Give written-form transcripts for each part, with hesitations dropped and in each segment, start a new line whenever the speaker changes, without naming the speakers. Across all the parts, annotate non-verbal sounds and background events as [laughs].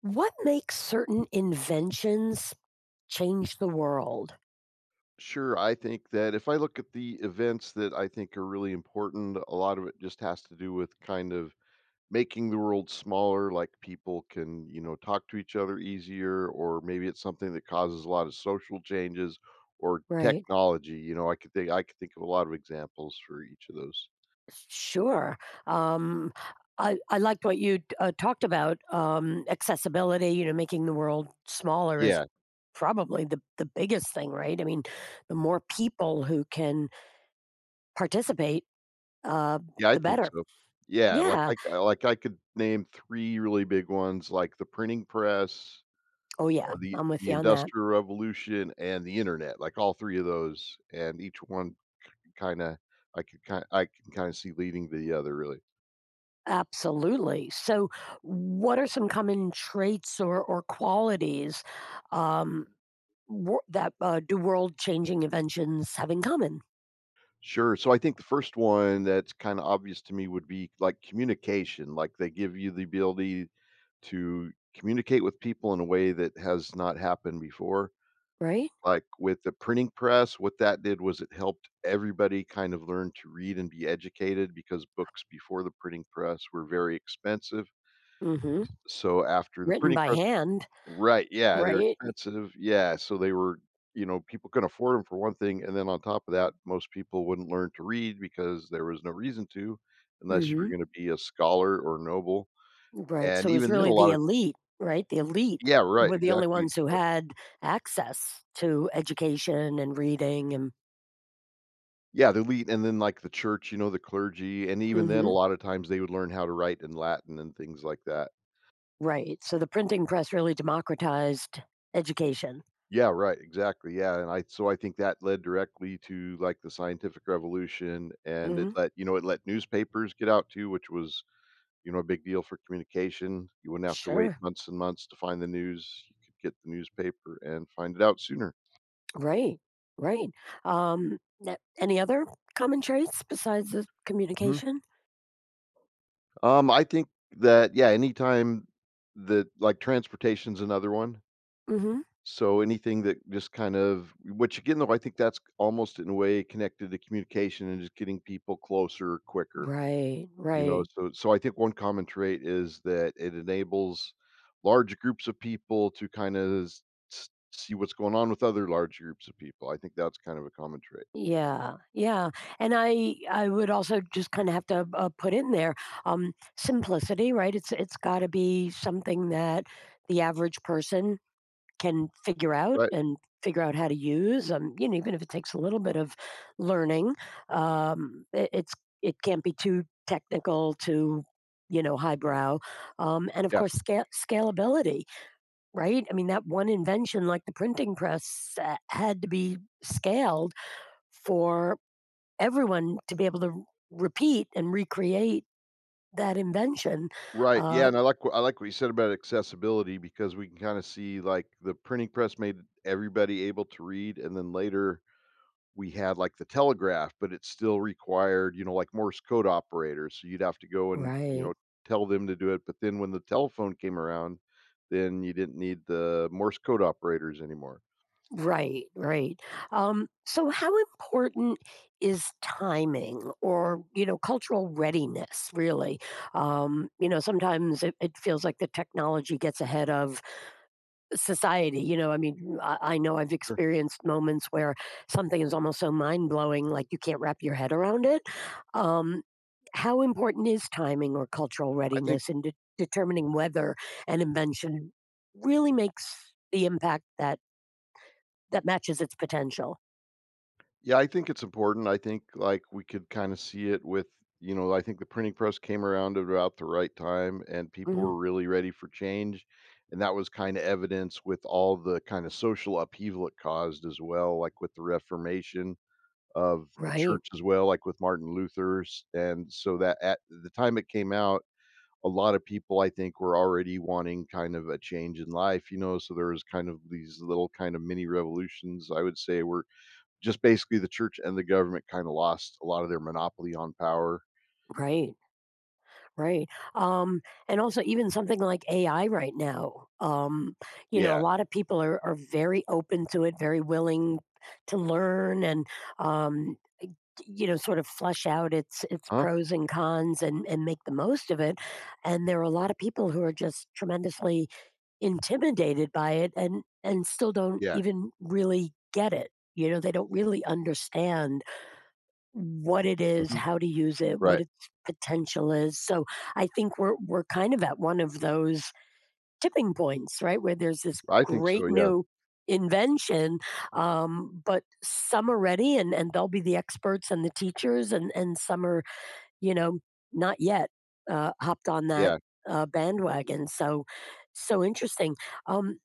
What makes certain inventions change the world?
Sure, I think that if I look at the events that I think are really important, a lot of it just has to do with kind of making the world smaller, like people can, you know, talk to each other easier, or maybe it's something that causes a lot of social changes or
Right.
technology. You know, I could think of a lot of examples for each of those.
Sure. Um, I liked what you talked about accessibility, you know, making the world smaller is
Yeah,
probably the biggest thing, right? I mean, the more people who can participate, uh,
yeah, I
the
think
better.
so. Yeah,
Yeah.
like I could name three really big ones, like the printing press,
Oh, yeah.
the
I'm with
the
you on that.
Industrial Revolution and the internet, like all three of those, and each one kinda I could kind I can kinda see leading to the other, really.
Absolutely. So, what are some common traits or qualities um, wor- that do world changing inventions have in common,
Sure, so I think the first one that's kinda obvious to me would be, like, communication, like, they give you the ability to communicate with people in a way that has not happened before.
right?
Like, with the printing press, what that did was it helped everybody kind of learn to read and be educated because books before the printing press were very expensive.
Hmm.
So after the
Written
printing
by
press,
hand,
right, yeah, they're
right?
expensive, yeah, so they were, you know, people couldn't afford them for one thing, and then on top of that, most people wouldn't learn to read because there was no reason to, unless you're
Hmm.
gonna be a scholar or noble,
Right. So,
and
it was
even then a
really the
lot of,
elite, right? The elite
yeah, right,
were the only
exactly,
ones who
yep.
had access to education and reading and.
Yeah, the elite and then, like, the church, you know, the clergy, and even then,
Hmm.
a lot of times they would learn how to write in Latin and things like that.
Right. So, the printing press really democratized education.
Yeah, right, exactly, yeah, and I so I think that led directly to, like, the scientific revolution, and it
Hmm.
let you know, it let newspapers get out too, which was, you know, a big deal for communication. You wouldn't have to wait
Sure.
months and months to find the news, you could get the newspaper and find it out sooner.
Right, right. Any other common traits besides the
Mhm.
communication?
I think that, yeah, anytime that like, transportation's another one,
Hmm.
so anything that just kind of which again, though, I think that's almost in a way connected to communication and just getting people closer quicker.
Right,
You know,
right.
so I think one common trait is that it enables large groups of people to kind of see what's going on with other large groups of people. I think that's kind of a common trait.
Yeah, yeah. And I would also just kind of have to put in there um, simplicity. Right. It's got to be something that the average person can figure out
Right,
and figure out how to use. You know, even if it takes a little bit of learning, um, it, it's it can't be too technical, too you know highbrow, and of
yeah,
course scalability. Right? I mean, that one invention, like the printing press, had to be scaled for everyone to be able to repeat and recreate that invention.
right, yeah,
Uh,
and I like what you said about accessibility because we can kinda see, like, the printing press made everybody able to read, and then later we had like the telegraph, but it still required, you know, like Morse code operators. So you'd have to go and, you
right.
know, tell them to do it. But then when the telephone came around, then you didn't need the Morse code operators anymore.
Right, right. So how important is timing or, you know, cultural readiness really? You know, sometimes it feels like the technology gets ahead of society. You know, I mean, I know I've
Sure.
experienced moments where something is almost so mind blowing, like you can't wrap your head around it. Um, how important is timing or cultural
I think,
readiness in determining whether an invention really makes the impact that that matches its potential.
yeah, I think it's important. I think like we could kind of see it with, you know, I think the printing press came around at about the right time and people
Mhm.
were really ready for change. And that was kind of evidence with all the kind of social upheaval it caused as well, like with the Reformation of the
Right,
church as well, like with Martin Luther's, and so that at the time it came out, a lot of people I think were already wanting kind of a change in life, you know, so there was kind of these little kind of mini revolutions, I would say, were just basically the church and the government kinda lost a lot of their monopoly on power.
right, right. Um, and also even something like AI right now, you know, a
Yeah.
lot of people are very open to it, very willing to learn and, um, you know, sort of flesh out its
Huh?
pros and cons and make the most of it. And there are a lot of people who are just tremendously intimidated by it and still don't
Yeah.
even really get it. You know, they don't really understand what it is,
Mhm.
how to use it, what
Right.
its potential is. So I think we're kind of at one of those tipping points, right, where there's this
I think
great
so, yeah.
new invention, but some are ready, and they'll be the experts and the teachers, and some are you know not yet hopped on that
Yeah.
bandwagon. So so interesting. Um,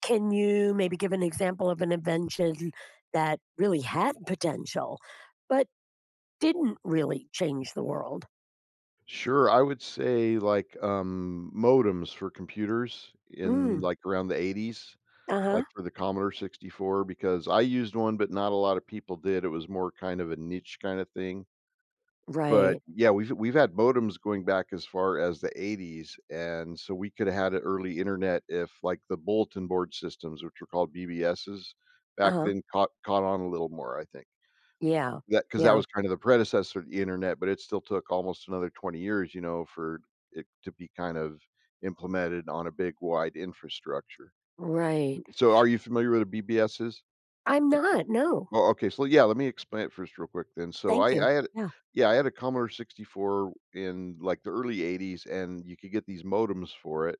can you maybe give an example of an invention that really had potential, but didn't really change the world.
Sure, I would say, like, modems for computers in,
Mm,
like, around the 80s.
uh-huh,
Like for the Commodore 64 because I used one, but not a lot of people did. It was more kind of a niche kind of thing. But
right,
yeah, we've had modems going back as far as the 80s, and so we could have had an early internet if like the bulletin board systems, which were called BBSs, back
uh-huh,
then caught on a little more, I think.
yeah,
That because that
yeah,
was kind of the predecessor to the internet, but it still took almost another 20 years, you know, for it to be kind of implemented on a big wide infrastructure.
right.
So are you familiar with the BBSs?
I'm not, no,
Oh, okay, so yeah, let me explain it first real quick then. So
thank you, yeah,
I had a Commodore 64 in like the early 80s, and you could get these modems for it.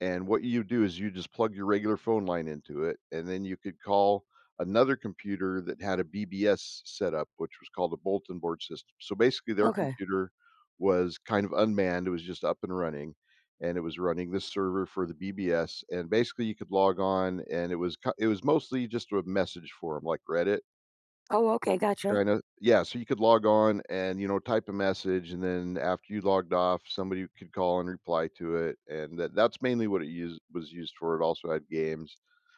And what you do is you just plug your regular phone line into it, and then you could call another computer that had a BBS setup, which was called a bulletin board system. So basically, their
okay.
computer was kind of unmanned, it was just up and running. And it was running this server for the BBS, and basically you could log on, and it was mostly just a message forum like Reddit.
Oh, okay, gotcha.
Kinda yeah, so you could log on and, you know, type a message, and then after you logged off, somebody could call and reply to it, and that's mainly what it used was used for. It also had games,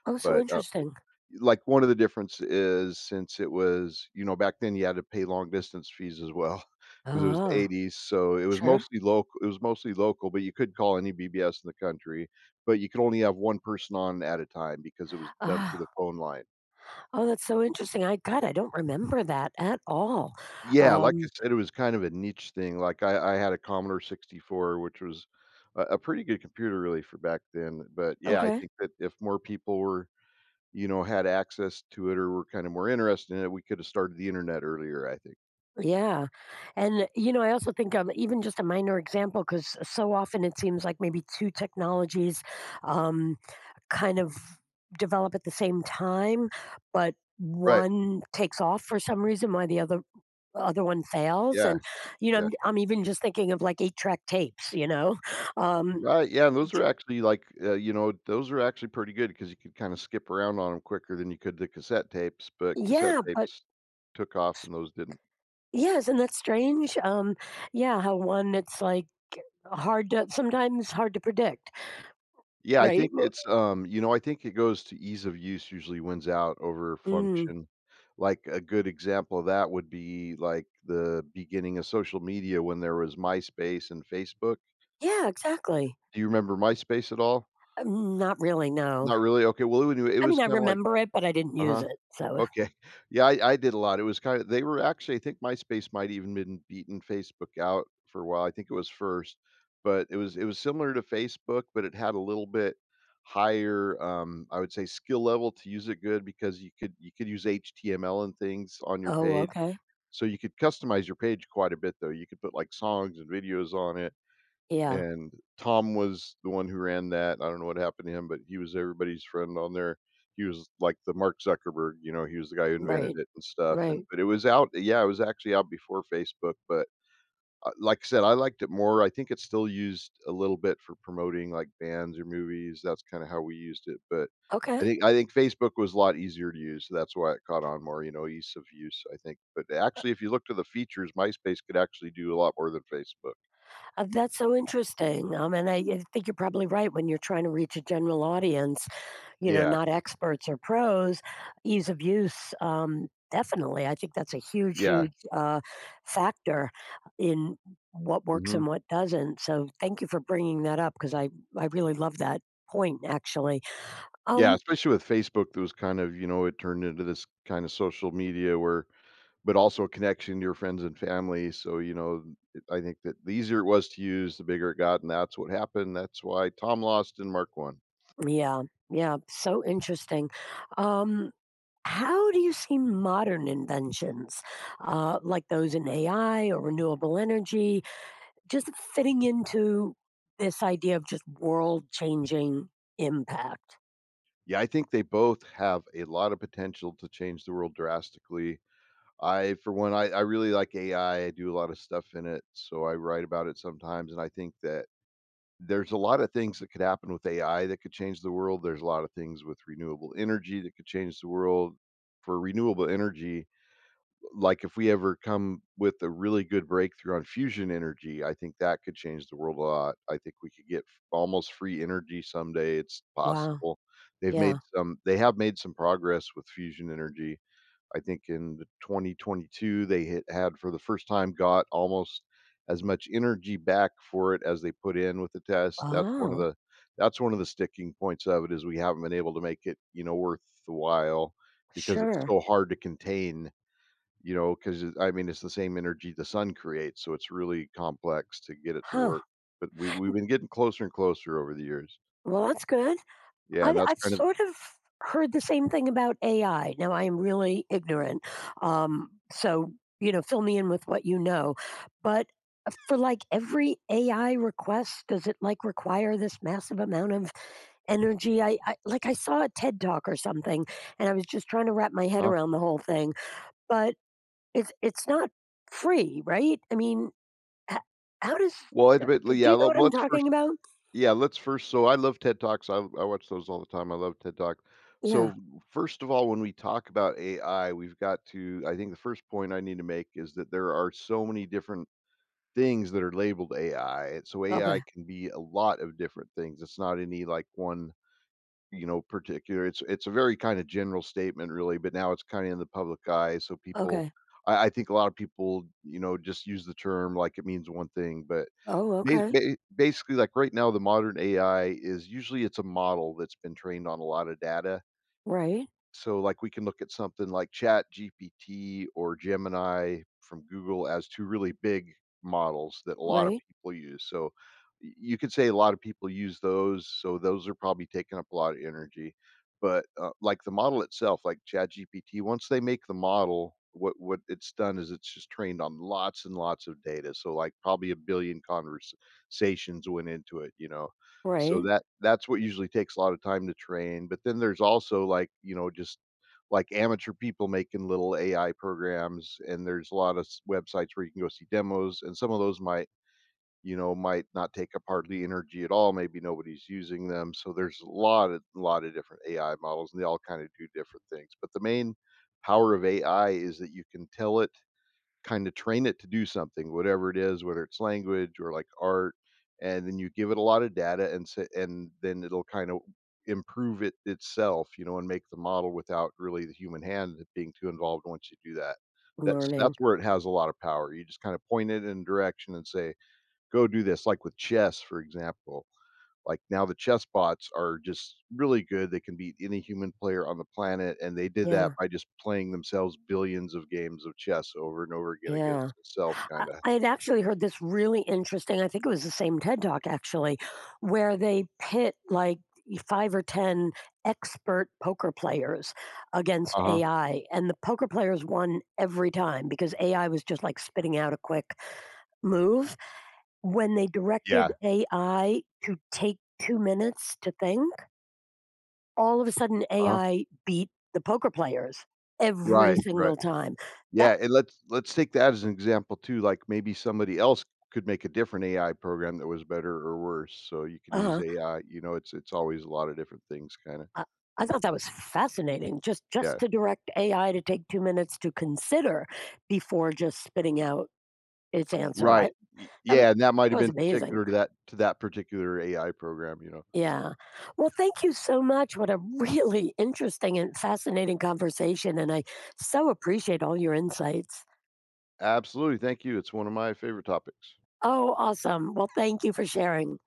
Oh, so
but,
interesting.
like, one of the difference is since it was you know, back then you had to pay long distance fees as well [laughs] because it was the
Ah,
'80s, so it was
sure.
mostly local. But you could call any BBS in the country, but you could only have one person on at a time because it was done through the
Ah,
phone line.
oh, that's so interesting. I God, I don't remember that at all.
Yeah, like I
Um,
said, it was kind of a niche thing, like, I had a Commodore 64, which was a pretty good computer really for back then, but, yeah, I
okay,
think that if more people were, you know, had access to it or were kinda more interested in it, we coulda started the internet earlier, I think.
yeah, and, you know, I also think, even just a minor example because so often it seems like maybe 2 technologies, um kind of develop at the same time, but
Right,
one takes off for some reason why the other one fails
yeah,
and you know
yeah.
I'm even just thinking of like eight track tapes you know [laughs] um
Right, yeah, and those were
j-
actually, like, you know, those were actually pretty good because you could kinda skip around on them quicker than you could the cassette tapes, but cassette
yeah but
tapes took off and those didn't.
yeah isn't that strange yeah how one it's like hard to sometimes hard to predict
Yeah, I
right.
think it's, you know, I think it goes to ease of use usually wins out over
Well, mm,
function. Like a good example of that would be like the beginning of social media when there was MySpace and Facebook.
yeah exactly.
Do you remember MySpace at all?
Not really no
Not really. Okay. It
I mean
was
I
kind of like,
remember it but I didn't
uh
use
huh.
it so
Okay. [laughs] Yeah, I did a lot. It was kinda they were actually I think MySpace might even been beaten Facebook out for a while. I think it was first, but it was similar to Facebook, but it had a little bit higher, I would say, skill level to use it good because you could use HTML and things on your
oh
page.
okay
So you could customize your page quite a bit, though. You could put, like, songs and videos on it.
yeah
And Tom was the one who ran that. I don't know what happened to him, but he was everybody's friend on there. He was like the Mark Zuckerberg, you know, he was the guy who invented
right
it and stuff. And
right
but it was out, yeah, it was actually out before Facebook. But like I said, I liked it more. I think it's still used a little bit for promoting like bands or movies. That's kind of how we used it. But
okay.
I think Facebook was a lot easier to use, so that's why it caught on more. You know, ease of use, I think. But actually, if you look to the features, MySpace could actually do a lot more than Facebook.
That's so interesting, and I think you're probably right when you're trying to reach a general audience, you know,
Yeah,
not experts or pros, ease of use, definitely. I think that's a huge,
yeah.
huge, factor in what works
Hmm.
and what doesn't, so thank you for bringing that up because I really love that point, actually.
Yeah,
Um.
especially with Facebook, there was kind of, you know, it turned into this kind of social media where but also a connection to your friends and family. So, you know, I think that the easier it was to use, the bigger it got, and that's what happened. That's why Tom lost and Mark won.
Yeah, yeah, so interesting. Um, how do you see modern inventions, like those in AI or renewable energy just fitting into this idea of just world changing impact.
Yeah, I think they both have a lot of potential to change the world drastically. I, for one, I really like AI. I do a lot of stuff in it, so I write about it sometimes, and I think that there's a lot of things that could happen with AI that could change the world. There's a lot of things with renewable energy that could change the world. For renewable energy, like if we ever come with a really good breakthrough on fusion energy, I think that could change the world a lot. I think we could almost free energy someday. It's
Wow.
possible. They've made
Yeah.
some they have made some progress with fusion energy. I think in 2022 they hit had for the first time got almost as much energy back for it as they put in with the test. That's one of
Oh,
the that's one of the sticking points of it is we haven't been able to make it worth the while because it's
sure.
so hard to contain, because I mean it's the same energy the sun creates, so it's really complex to get it to
Huh.
work. But we've been getting closer and closer over the years.
Well, that's good.
Yeah, and
I,
that's
I've
kind of
sort of heard the same thing about AI. Now, I am really ignorant. So, you know, fill me in with what you know. But for like every AI request, does it like require this massive amount of energy? I like I saw a TED talk or something, and I was just trying to wrap my head
huh?
around the whole thing. But it's not free, right? I mean, h how does
Well, it,
d
but
do
yeah,
you know
well,
what I'm
let's
talking
first
about?
yeah, let's first so I love TED Talks, I watch those all the time, I love TED Talk.
Yeah.
So, first of all, when we talk about AI, we've got to I think the first point I need to make is that there are so many different things that are labeled AI. So AI
Okay.
can be a lot of different things. It's not any like one, particular. It's a very kind of general statement really, but now it's kind of in the public eye. So people
Okay.
I think a lot of people, just use the term like it means one thing, but
Oh,
Ba
okay.
ba basically, like, right now, the modern AI is usually it's a model that's been trained on a lot of data,
Right.
so, like, we can look at something like ChatGPT or Gemini from Google as two really big models that a lot of
Right.
people use. So, y you could say a lot of people use those, so those are probably taking up a lot of energy. But, like, the model itself, like ChatGPT, once they make the model, what it's done is it's just trained on lots and lots of data. So, like, probably a billion conversations went into it.
Right.
So that's what usually takes a lot of time to train, but then there's also, like, just, like, amateur people making little AI programs, and there's a lot of s websites where you can go see demos, and some of those might, might not take up hardly energy at all, maybe nobody's using them, so there's a lot of different AI models, and they all kinda do different things, but the main power of AI is that you can tell it kind of train it to do something, whatever it is, whether it's language or like art, and then you give it a lot of data and say, and then it'll kind of improve it itself, and make the model without really the human hand being too involved once you do that. That's
Learning.
that's where it has a lot of power. You just kind of point it in a direction and say, "Go do this," like with chess, for example. Like now the chess bots are just really good. They can beat any human player on the planet, and they did that
Yeah.
by just playing themselves billions of games of chess over and over again
Yeah.
against itself
I
kinda.
I had actually heard this really interesting I think it was the same TED Talk actually, where they pit, like, 5 or 10 expert poker players against
Uh-huh.
AI, and the poker players won every time because AI was just, like, spitting out a quick move. When they directed
Yeah.
AI to take 2 minutes to think, all of a sudden
Uh-huh.
AI beat the poker players every
Right, right.
single time. That
Yeah, and let's take that as an example too, like maybe somebody else could make a different AI program that was better or worse. So you can use
uh,
AI, it's always a lot of different things kinda.
I, I thought that was fascinating. Just
Yeah.
to direct AI to take 2 minutes to consider before just spitting out its answer. I
Right. Y
that was,
yeah, and that might
that
have
was
been
amazing.
particular to that particular AI program,
Yeah. Well, thank you so much. What a really interesting and fascinating conversation, and I so appreciate all your insights.
Absolutely. Thank you. It's one of my favorite topics.
Oh, awesome. Well, thank you for sharing.